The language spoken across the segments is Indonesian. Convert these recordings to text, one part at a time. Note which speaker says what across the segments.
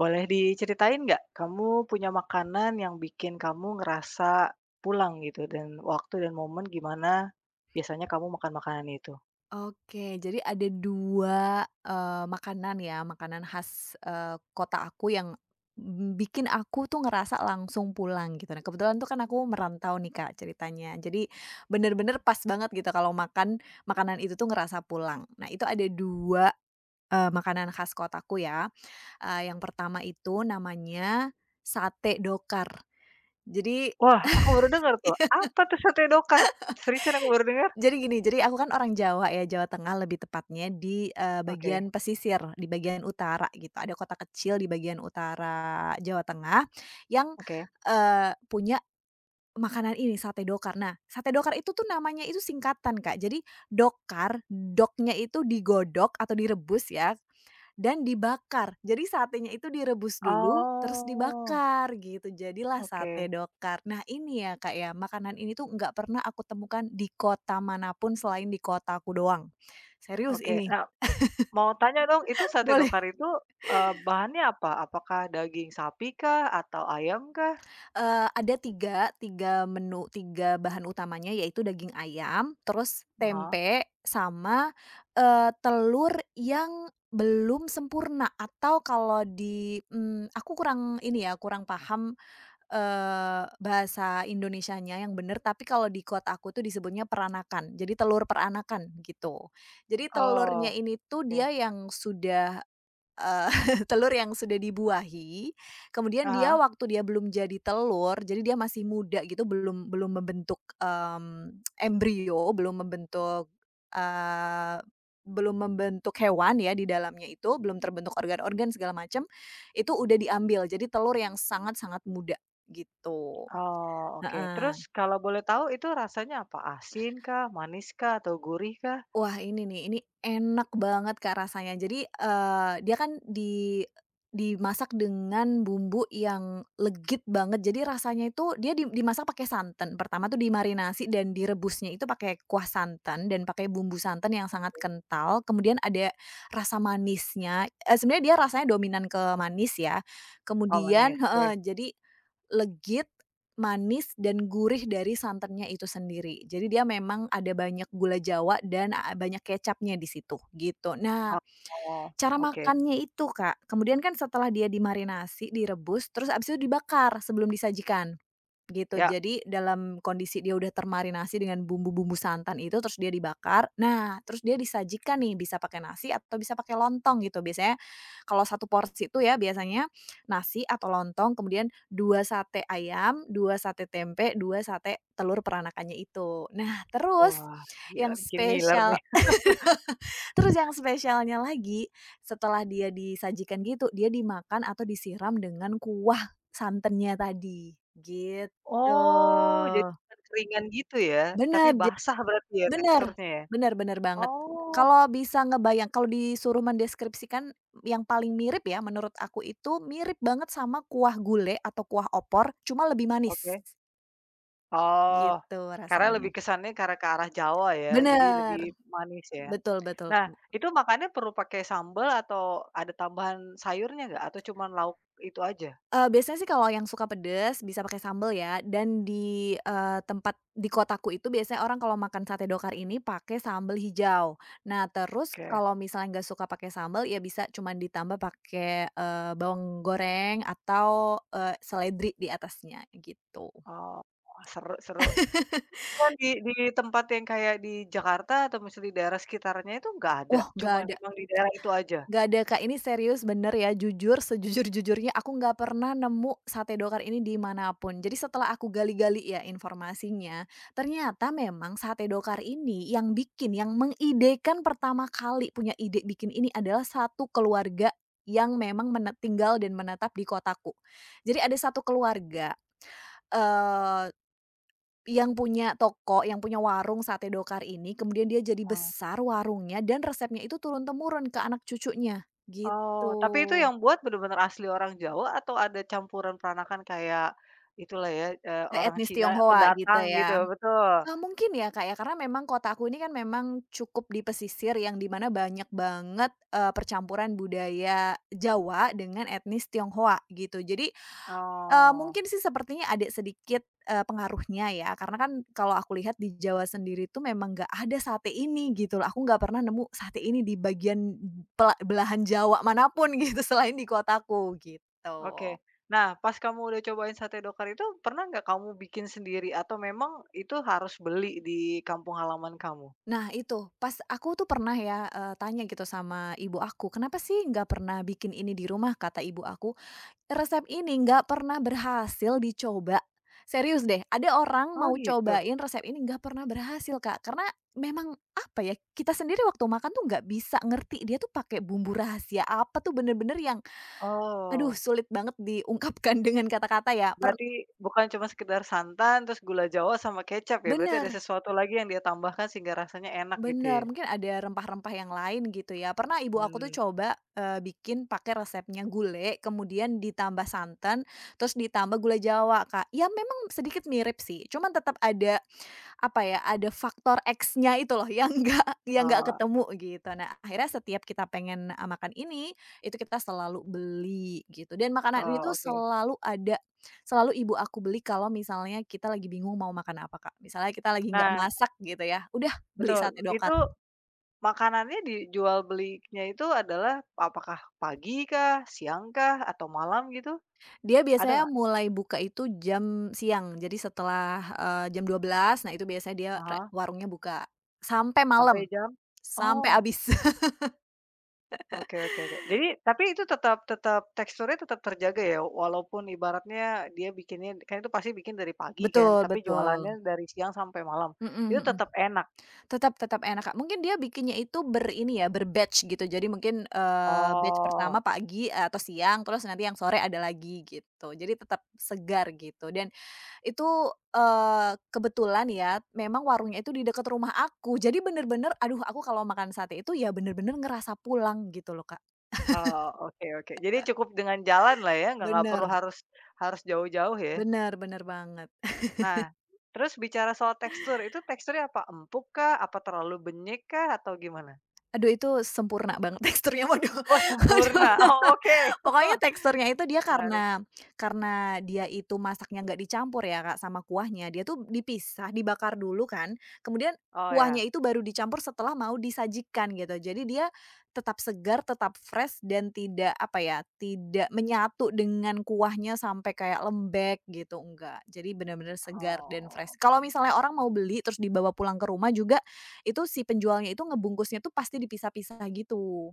Speaker 1: Boleh diceritain nggak, kamu punya makanan yang bikin kamu ngerasa pulang gitu dan waktu dan momen gimana biasanya kamu makan makanan itu?
Speaker 2: Oke, jadi ada 2 makanan ya, makanan khas, kota aku yang, bikin aku tuh ngerasa langsung pulang gitu. Nah, kebetulan tuh kan aku merantau nih, Kak, ceritanya. Jadi bener-bener pas banget gitu kalau makan makanan itu tuh ngerasa pulang. Nah, itu ada 2 makanan khas kotaku ya. Yang pertama itu namanya sate dokar. Jadi.
Speaker 1: Wah, aku baru dengar tuh, apa tuh sate dokar? Seriusan aku baru dengar?
Speaker 2: Jadi gini, jadi aku kan orang Jawa ya, Jawa Tengah lebih tepatnya di,
Speaker 1: Oke,
Speaker 2: bagian pesisir, di bagian utara gitu. Ada kota kecil di bagian utara Jawa Tengah yang,
Speaker 1: oke.
Speaker 2: punya makanan ini, sate dokar. Nah, sate dokar itu tuh namanya itu singkatan, Kak. Jadi dokar, doknya itu digodok atau direbus ya dan dibakar, jadi satenya itu direbus dulu, terus
Speaker 1: Oh,
Speaker 2: dibakar gitu, jadilah
Speaker 1: oke,
Speaker 2: sate dokar. Nah ini ya, Kak, ya, makanan ini tuh nggak pernah aku temukan di kota manapun selain di kotaku doang. Serius
Speaker 1: oke.
Speaker 2: ini.
Speaker 1: Nah, mau tanya dong, itu sate
Speaker 2: Boleh,
Speaker 1: dokar itu, bahannya apa? Apakah daging sapi kah atau ayam kah?
Speaker 2: ada 3, 3 menu, 3 bahan utamanya yaitu daging ayam, terus
Speaker 1: Ah.
Speaker 2: tempe, sama, telur yang belum sempurna atau kalau di aku kurang ini ya, kurang paham. Bahasa Indonesianya yang bener, tapi kalau di kota aku tuh disebutnya peranakan, jadi telur peranakan gitu. Jadi
Speaker 1: Oh,
Speaker 2: telurnya ini tuh
Speaker 1: oke.
Speaker 2: dia yang sudah. Eee, Telur yang sudah dibuahi, kemudian dia
Speaker 1: Ah.
Speaker 2: waktu dia belum jadi telur, jadi dia masih muda gitu, belum belum membentuk, embrio, belum membentuk, eee, belum membentuk hewan ya di dalamnya itu, belum terbentuk organ-organ segala macam, itu udah diambil. Jadi telur yang sangat-sangat muda, gitu.
Speaker 1: Oh, oke. Terus
Speaker 2: Heeh.
Speaker 1: kalau boleh tahu itu rasanya apa? Asin kah, manis kah, atau gurih kah?
Speaker 2: Wah ini nih, ini enak banget Kak rasanya. Jadi, dia kan dimasak dengan bumbu yang legit banget. Jadi rasanya itu dia dimasak pakai santan. Pertama tuh dimarinasi dan direbusnya itu pakai kuah santan dan pakai bumbu santan yang sangat kental, kemudian ada rasa manisnya, sebenarnya dia rasanya dominan ke manis ya.
Speaker 1: Oh,
Speaker 2: Kemudian
Speaker 1: manis. Oke.
Speaker 2: heeh, jadi legit. Manis dan gurih dari santannya itu sendiri. Jadi dia memang ada banyak gula Jawa dan, banyak kecapnya di situ, gitu. Nah,
Speaker 1: Oh,
Speaker 2: cara
Speaker 1: oke.
Speaker 2: makannya itu Kak, kemudian kan setelah dia dimarinasi, direbus, terus abis itu dibakar sebelum disajikan. Gitu,
Speaker 1: Ya.
Speaker 2: jadi dalam kondisi dia udah termarinasi dengan bumbu-bumbu santan itu, terus dia dibakar, nah terus dia disajikan nih, bisa pakai nasi atau bisa pakai lontong gitu. Biasanya kalau satu porsi itu ya, biasanya nasi atau lontong, kemudian 2 sate ayam, 2 sate tempe, 2 sate telur peranakannya itu. Nah terus
Speaker 1: Wah, gila
Speaker 2: yang
Speaker 1: bikin ngiler nih.
Speaker 2: spesial Terus yang spesialnya lagi, setelah dia disajikan gitu, dia dimakan atau disiram dengan kuah santannya tadi, gitu.
Speaker 1: Oh, jadi bukan keringan gitu ya, tapi
Speaker 2: Bener ja
Speaker 1: basah berarti ya
Speaker 2: bener,
Speaker 1: teksturnya ya?
Speaker 2: bener bener banget.
Speaker 1: Oh,
Speaker 2: Kalau bisa ngebayang kalau disuruh mendeskripsikan yang paling mirip ya, menurut aku itu mirip banget sama kuah gulai atau kuah opor, cuma lebih manis,
Speaker 1: oke. Oh,
Speaker 2: gitu
Speaker 1: karena
Speaker 2: rasanya.
Speaker 1: lebih kesannya karena ke arah Jawa ya, jadi lebih
Speaker 2: Bener,
Speaker 1: manis ya.
Speaker 2: betul betul.
Speaker 1: Nah, itu makannya perlu pakai sambal atau ada tambahan sayurnya nggak? Atau cuman lauk itu aja?
Speaker 2: Biasanya sih kalau yang suka pedes bisa pakai sambel ya dan di, tempat di kotaku itu biasanya orang kalau makan sate dokar ini pakai sambel hijau. Nah terus
Speaker 1: Oke.
Speaker 2: kalau misalnya nggak suka pakai sambel ya bisa cuman ditambah pakai, bawang goreng atau, seledri di atasnya gitu.
Speaker 1: Oh, seru seru. Cuman di tempat yang kayak di Jakarta atau misalnya di daerah sekitarnya itu nggak ada,
Speaker 2: Wah nggak
Speaker 1: cuman
Speaker 2: ada
Speaker 1: emang di daerah itu aja?
Speaker 2: gak ada, Kak, ini serius bener ya, jujur sejujur-jujurnya aku nggak pernah nemu sate dokar ini di mana. Jadi setelah aku gali-gali ya informasinya, ternyata memang sate dokar ini yang bikin, yang mengidekan pertama kali punya ide bikin ini adalah satu keluarga yang memang tinggal dan menetap di kotaku. Jadi ada satu keluarga, eee yang punya toko, yang punya warung sate dokar ini, kemudian dia jadi
Speaker 1: Eee.
Speaker 2: besar warungnya dan resepnya itu turun-temurun ke anak cucunya,
Speaker 1: Oh, tapi itu
Speaker 2: gitu.
Speaker 1: yang buat bener-bener asli orang Jawa atau ada campuran peranakan kayak itulah ya,
Speaker 2: Ke
Speaker 1: orang
Speaker 2: etnis
Speaker 1: Cina
Speaker 2: Tionghoa gitu
Speaker 1: pendatang gitu,
Speaker 2: ya?
Speaker 1: betul?
Speaker 2: Mungkin ya, Kak, ya, karena memang kota aku ini kan memang cukup di pesisir yang di mana banyak banget, percampuran budaya Jawa dengan etnis Tionghoa gitu. Jadi
Speaker 1: Oh,
Speaker 2: mungkin sih sepertinya ada sedikit, pengaruhnya ya, karena kan kalau aku lihat di Jawa sendiri tuh memang nggak ada sate ini gitu loh, aku nggak pernah nemu sate ini di bagian belahan Jawa manapun gitu selain di kotaku, gitu.
Speaker 1: oke. Nah, pas kamu udah cobain sate dokar itu, pernah nggak kamu bikin sendiri atau memang itu harus beli di kampung halaman kamu?
Speaker 2: Nah itu, pas aku tuh pernah ya, tanya gitu sama ibu aku, "Kenapa sih nggak pernah bikin ini di rumah?" Kata ibu aku, "Resep ini nggak pernah berhasil dicoba." Serius deh, ada orang
Speaker 1: Oh
Speaker 2: mau
Speaker 1: gitu?
Speaker 2: cobain resep ini nggak pernah berhasil, Kak, karena memang apa ya, kita sendiri waktu makan tuh nggak bisa ngerti dia tuh pakai bumbu rahasia apa tuh bener-bener yang aduh
Speaker 1: Oh.
Speaker 2: sulit banget diungkapkan dengan kata-kata ya,
Speaker 1: Berarti bukan cuma sekedar santan, terus gula jawa sama kecap ya? Berarti ada
Speaker 2: bener
Speaker 1: sesuatu lagi yang dia tambahkan sehingga rasanya enak gitu ya?
Speaker 2: bener, mungkin ada rempah-rempah yang lain gitu ya. Pernah ibu aku tuh
Speaker 1: Hmm.
Speaker 2: coba, bikin pakai resepnya gulai kemudian ditambah santan, terus ditambah gula Jawa, Kak. Ya memang sedikit mirip sih, cuman tetap ada apa ya, ada faktor X-nya itu loh yang nggak
Speaker 1: Oh.
Speaker 2: ketemu gitu. Nah, akhirnya setiap kita pengen, makan ini, itu kita selalu beli gitu dan makanan ini
Speaker 1: Oh,
Speaker 2: tuh
Speaker 1: oke.
Speaker 2: selalu ada, selalu ibu aku beli kalau misalnya kita lagi bingung mau makan apa, Kak. Misalnya kita lagi nggak
Speaker 1: Nah,
Speaker 2: masak gitu ya, udah beli
Speaker 1: betul,
Speaker 2: sate
Speaker 1: itu
Speaker 2: dokar.
Speaker 1: makanannya dijual belinya itu adalah apakah pagi kah, siang kah, atau malam gitu?
Speaker 2: Dia
Speaker 1: Ada
Speaker 2: biasanya
Speaker 1: nggak?
Speaker 2: mulai buka itu jam siang, jadi setelah, jam 12 nah itu biasanya dia
Speaker 1: Ah,
Speaker 2: warungnya buka, sampai
Speaker 1: sampai
Speaker 2: malam,
Speaker 1: jam?
Speaker 2: sampai
Speaker 1: Oh.
Speaker 2: habis.
Speaker 1: Oke, oke, oke. Jadi tapi itu tetap tetap teksturnya tetap terjaga ya? Walaupun ibaratnya dia bikinnya kan itu pasti bikin dari pagi kan,
Speaker 2: Betul
Speaker 1: tapi
Speaker 2: betul.
Speaker 1: jualannya dari siang sampai malam,
Speaker 2: Mhm
Speaker 1: itu
Speaker 2: mhm.
Speaker 1: tetap enak?
Speaker 2: Tetap tetap enak, Kak. Mungkin dia bikinnya itu ini ya, ber-batch gitu. Jadi mungkin, batch
Speaker 1: Oh,
Speaker 2: pertama pagi atau siang, terus nanti yang sore ada lagi gitu. Jadi tetap segar gitu dan itu, kebetulan ya memang warungnya itu di dekat rumah aku. Jadi bener-bener aduh aku kalau makan sate itu ya bener-bener ngerasa pulang gitu loh, Kak.
Speaker 1: oh, oke oke. Jadi cukup dengan jalan lah ya, nggak
Speaker 2: Bener,
Speaker 1: perlu harus harus jauh-jauh ya?
Speaker 2: bener bener banget.
Speaker 1: Nah, terus bicara soal tekstur, itu teksturnya apa? Empuk kah? Apa terlalu benyek kah? Atau gimana?
Speaker 2: Aduh itu sempurna banget teksturnya, waduh
Speaker 1: Oh
Speaker 2: waduh.
Speaker 1: sempurna, oh oke.
Speaker 2: Pokoknya teksturnya itu dia
Speaker 1: Menarik.
Speaker 2: karena dia itu masaknya nggak dicampur ya Kak, sama kuahnya, dia tuh dipisah, dibakar dulu kan, kemudian
Speaker 1: Oh
Speaker 2: kuahnya
Speaker 1: ya,
Speaker 2: itu baru dicampur setelah mau disajikan gitu. Jadi dia tetap segar, tetap fresh, dan tidak, apa ya, tidak menyatu dengan kuahnya sampai kayak lembek gitu, enggak. Jadi benar-benar segar dan fresh.
Speaker 1: oh.
Speaker 2: Kalau misalnya orang mau beli terus dibawa pulang ke rumah juga itu si penjualnya itu ngebungkusnya tuh pasti dipisah-pisah gitu.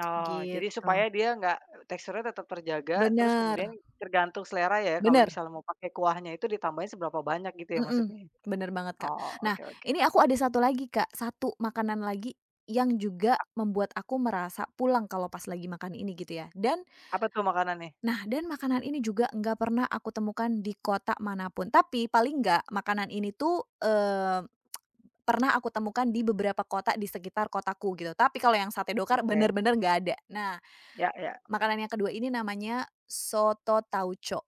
Speaker 1: Oh,
Speaker 2: Gitu.
Speaker 1: jadi supaya dia nggak teksturnya tetap terjaga, terus kemudian
Speaker 2: Bener
Speaker 1: tergantung selera ya, kalau
Speaker 2: bener,
Speaker 1: misalnya mau pakai kuahnya itu ditambahin seberapa banyak gitu ya
Speaker 2: mhm,
Speaker 1: maksudnya?
Speaker 2: bener banget, Kak.
Speaker 1: Oh,
Speaker 2: Nah,
Speaker 1: oke oke.
Speaker 2: ini aku ada satu lagi, Kak, satu makanan lagi yang juga membuat aku merasa pulang kalau pas lagi makan ini gitu ya,
Speaker 1: Apa tuh makanan nih?
Speaker 2: nah, dan makanan ini juga nggak pernah aku temukan di kota manapun, tapi paling nggak makanan ini tuh, pernah aku temukan di beberapa kota di sekitar kotaku gitu, tapi kalau yang sate dokar
Speaker 1: Oke.
Speaker 2: bener-bener nggak ada. Nah,
Speaker 1: Ya ya.
Speaker 2: makanan yang kedua ini namanya soto tauco.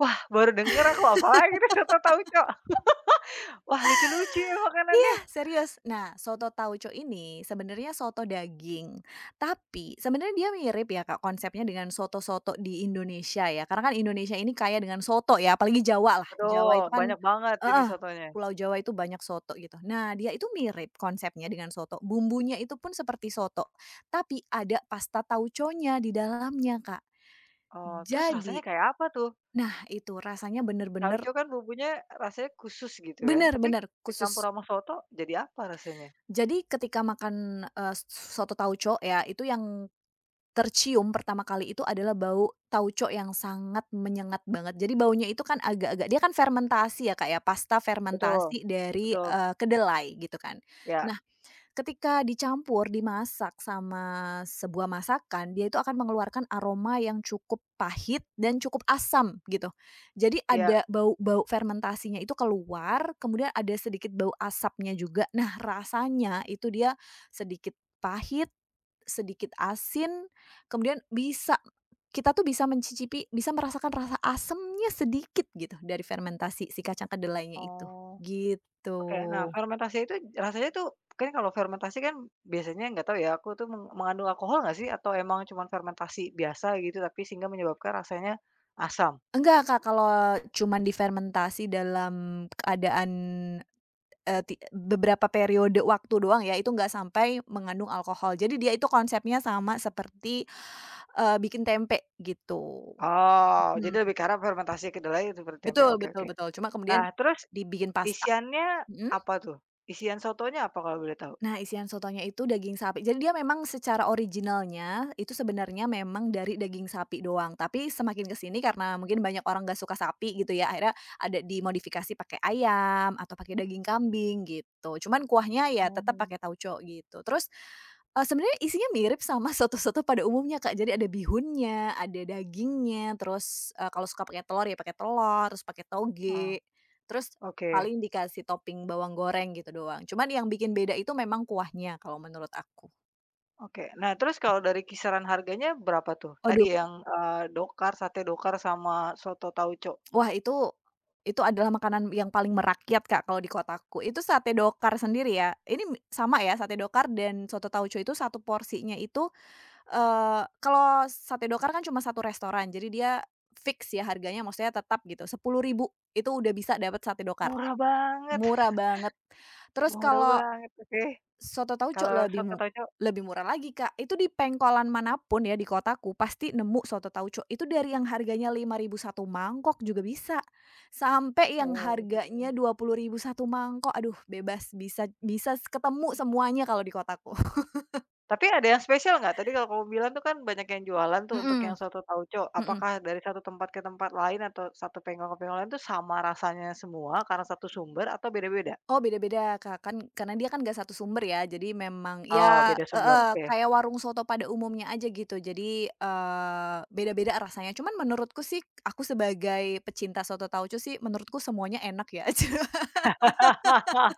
Speaker 1: Wah, baru denger aku apa lagi nih siapa tahu, Cok. Wah, lucu-lucu ya
Speaker 2: Iya,
Speaker 1: makanannya.
Speaker 2: serius. Nah, soto tauco ini sebenarnya soto daging, tapi sebenarnya dia mirip ya Kak, konsepnya dengan soto-soto di Indonesia ya, karena kan Indonesia ini kaya dengan soto ya, apalagi Jawa lah,
Speaker 1: Aduh,
Speaker 2: Jawa itu kan
Speaker 1: banyak banget jenis
Speaker 2: heeh,
Speaker 1: sotonya.
Speaker 2: Pulau Jawa itu banyak soto gitu. Nah, dia itu mirip konsepnya dengan soto, bumbunya itu pun seperti soto, tapi ada pasta tauconya di dalamnya Kak.
Speaker 1: Oh, terus rasanya
Speaker 2: Jadi
Speaker 1: kayak apa tuh?
Speaker 2: nah itu rasanya bener-bener
Speaker 1: Tauco kan bumbunya rasanya khusus gitu kan,
Speaker 2: bener
Speaker 1: tapi
Speaker 2: bener,
Speaker 1: dicampur
Speaker 2: khusus.
Speaker 1: sama soto jadi apa rasanya?
Speaker 2: Jadi ketika makan, soto tauco ya, itu yang tercium pertama kali itu adalah bau tauco yang sangat menyengat banget. Jadi baunya itu kan agak-agak dia kan fermentasi ya, Kak, ya, pasta
Speaker 1: Betul,
Speaker 2: fermentasi dari,
Speaker 1: betul.
Speaker 2: kedelai gitu kan.
Speaker 1: Ya
Speaker 2: Nah, ketika dicampur, dimasak sama sebuah masakan, dia itu akan mengeluarkan aroma yang cukup pahit dan cukup asam gitu. Jadi
Speaker 1: ya.
Speaker 2: ada bau-bau fermentasinya itu keluar, kemudian ada sedikit bau asapnya juga. Nah, rasanya itu dia sedikit pahit, sedikit asin, kemudian kita tuh bisa mencicipi, bisa merasakan rasa asamnya sedikit gitu dari fermentasi si kacang kedelainya itu,
Speaker 1: Oh,
Speaker 2: gitu.
Speaker 1: oke. Nah, fermentasi itu rasanya tuh kan kalau fermentasi kan biasanya nggak tahu ya, aku tuh meng mengandung alkohol nggak sih? Atau emang cuma fermentasi biasa gitu, tapi sehingga menyebabkan rasanya asam?
Speaker 2: Enggak, Kak, kalau cuman difermentasi dalam keadaan, eee, ti beberapa periode waktu doang ya, itu nggak sampai mengandung alkohol. Jadi dia itu konsepnya sama seperti, bikin tempe gitu.
Speaker 1: Oh, jadi
Speaker 2: Mhm,
Speaker 1: lebih ke fermentasi kedelai seperti tempe.
Speaker 2: betul
Speaker 1: Oke
Speaker 2: betul
Speaker 1: oke.
Speaker 2: betul, cuma kemudian
Speaker 1: Nah, terus
Speaker 2: dibikin pasta.
Speaker 1: isiannya
Speaker 2: Mhm?
Speaker 1: apa tuh? Isian sotonya apa kalau boleh tahu?
Speaker 2: Nah, isian sotonya itu daging sapi. Jadi dia memang secara originalnya itu sebenarnya memang dari daging sapi doang, tapi semakin ke sini karena mungkin banyak orang nggak suka sapi gitu ya, akhirnya ada dimodifikasi pakai ayam atau pakai daging kambing gitu. Cuman kuahnya ya tetap
Speaker 1: Mmm,
Speaker 2: pakai tauco gitu. Terus, sebenarnya isinya mirip sama soto-soto pada umumnya, Kak. Jadi ada bihunnya, ada dagingnya, terus, kalau suka pakai telur ya pakai telur, terus pakai
Speaker 1: ah,
Speaker 2: toge, terus
Speaker 1: oke
Speaker 2: paling dikasih topping bawang goreng gitu doang. Cuman yang bikin beda itu memang kuahnya kalau menurut aku.
Speaker 1: oke. Nah, terus kalau dari kisaran harganya berapa tuh? Tadi
Speaker 2: Aduh,
Speaker 1: yang, dokar, sate dokar sama soto tauco.
Speaker 2: wah itu adalah makanan yang paling merakyat, Kak, kalau di kotaku. Itu sate dokar sendiri ya, ini sama ya sate dokar dan soto tauco itu satu porsinya itu, kalau sate dokar kan cuma satu restoran, jadi dia fix ya harganya, maksudnya tetap gitu, 10.000 itu udah bisa dapat sate dokar,
Speaker 1: Murah banget.
Speaker 2: murah banget. Terus
Speaker 1: Murah
Speaker 2: kalau
Speaker 1: banget, oke.
Speaker 2: soto tauco
Speaker 1: Kalau soto tonyo
Speaker 2: lebih murah lagi, Kak. Itu di pengkolan manapun ya di kotaku pasti nemu soto tauco. Itu dari yang harganya 5.000 satu mangkok juga bisa, sampai yang
Speaker 1: oh.
Speaker 2: harganya 20.000 satu mangkok. Aduh bebas, bisa bisa ketemu semuanya kalau di kotaku.
Speaker 1: Tapi ada yang spesial nggak? Tadi kalau kamu bilang tuh kan banyak yang jualan tuh untuk yang
Speaker 2: Mhm
Speaker 1: soto tauco.
Speaker 2: mhm.
Speaker 1: Apakah dari satu tempat ke tempat lain atau satu penggol ke penggol lain tuh sama rasanya semua karena satu sumber atau beda-beda?
Speaker 2: Oh beda-beda Kak, kan karena dia kan nggak satu sumber ya, jadi memang
Speaker 1: Oh,
Speaker 2: ya
Speaker 1: beda sumber,
Speaker 2: heeh,
Speaker 1: oke.
Speaker 2: kayak warung soto pada umumnya aja gitu. Jadi, beda-beda rasanya. Cuman menurutku sih, aku sebagai pecinta soto tauco sih, menurutku semuanya enak ya.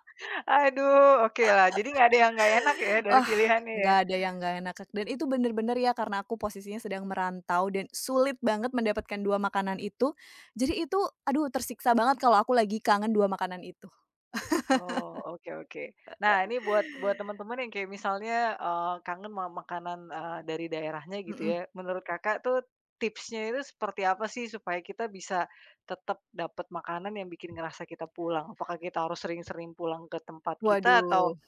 Speaker 1: Aduh, oke lah. Jadi nggak ada yang nggak enak ya dari
Speaker 2: Wah,
Speaker 1: pilihannya ya?
Speaker 2: nggak ada yang nggak enak Kak, dan itu bener-bener ya karena aku posisinya sedang merantau dan sulit banget mendapatkan 2 makanan itu. Jadi itu, aduh tersiksa banget kalau aku lagi kangen dua makanan itu.
Speaker 1: Oh, oke oke. Nah, ini buat buat teman-teman yang kayak misalnya, kangen ma makanan, dari daerahnya gitu
Speaker 2: Mhm.
Speaker 1: ya, menurut Kakak tuh tipsnya itu seperti apa sih supaya kita bisa tetap dapat makanan yang bikin ngerasa kita pulang? Apakah kita harus sering-sering pulang ke tempat kita atau
Speaker 2: Waduh,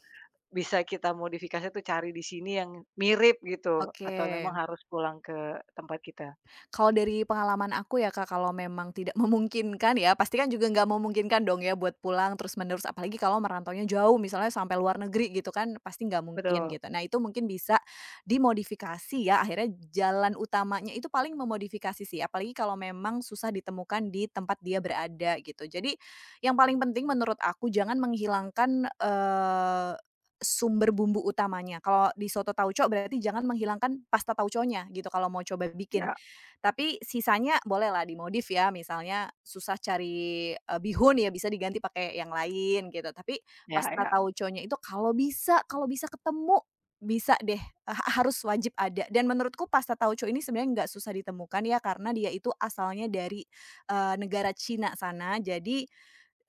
Speaker 1: bisa kita modifikasi tuh cari di sini yang mirip gitu? Atau
Speaker 2: oke.
Speaker 1: memang harus pulang ke tempat kita?
Speaker 2: Kalau dari pengalaman aku ya Kak, kalau memang tidak memungkinkan ya, pasti kan juga nggak memungkinkan dong ya buat pulang terus-menerus, apalagi kalau merantaunya jauh, misalnya sampai luar negeri gitu kan, pasti nggak mungkin
Speaker 1: Betul,
Speaker 2: gitu. Nah itu mungkin bisa dimodifikasi ya, akhirnya jalan utamanya itu paling memodifikasi sih, apalagi kalau memang susah ditemukan di tempat dia berada gitu. Jadi yang paling penting menurut aku jangan menghilangkan, sumber bumbu utamanya. Kalau di soto tauco berarti jangan menghilangkan pasta tauconya gitu kalau mau coba bikin.
Speaker 1: ya
Speaker 2: Tapi sisanya bolehlah dimodif ya, misalnya susah cari, bihun ya bisa diganti pakai yang lain gitu, tapi
Speaker 1: ya
Speaker 2: pasta
Speaker 1: ya.
Speaker 2: tauconya itu kalau bisa ketemu, bisa deh, harus wajib ada dan menurutku pasta tauco ini sebenarnya nggak susah ditemukan ya karena dia itu asalnya dari, negara Cina sana jadi,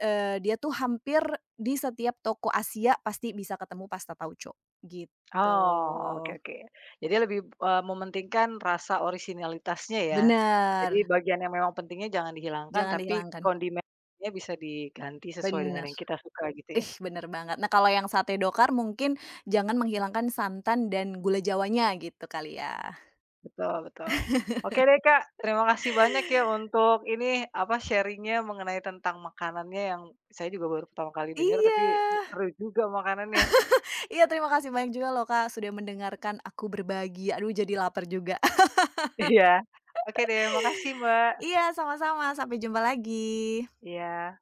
Speaker 2: dia tuh hampir di setiap toko Asia pasti bisa ketemu pasta tauco, gitu.
Speaker 1: Oh, oke oke. Jadi lebih, mementingkan rasa orisinalitasnya ya. Jadi
Speaker 2: Bener,
Speaker 1: bagian yang memang pentingnya jangan dihilangkan,
Speaker 2: jangan
Speaker 1: tapi
Speaker 2: dihilangkan.
Speaker 1: kondimennya bisa diganti sesuai dengan
Speaker 2: Bener.
Speaker 1: yang kita suka gitu ya.
Speaker 2: Ih, bener banget. Nah, kalau yang sate dokar mungkin jangan menghilangkan santan dan gula jawanya gitu kali ya?
Speaker 1: Betul betul. Oke deh, Kak, terima kasih banyak ya untuk ini, apa, sharing-nya mengenai tentang makanannya yang saya juga baru pertama kali dengar, tapi
Speaker 2: Iya.
Speaker 1: seru juga makanannya.
Speaker 2: Iya, terima kasih banyak juga loh, Kak, sudah mendengarkan aku berbagi. Aduh, jadi lapar juga.
Speaker 1: Iya. Oke deh, makasih, Mbak.
Speaker 2: Iya, sama-sama. Sampai jumpa lagi.
Speaker 1: Iya.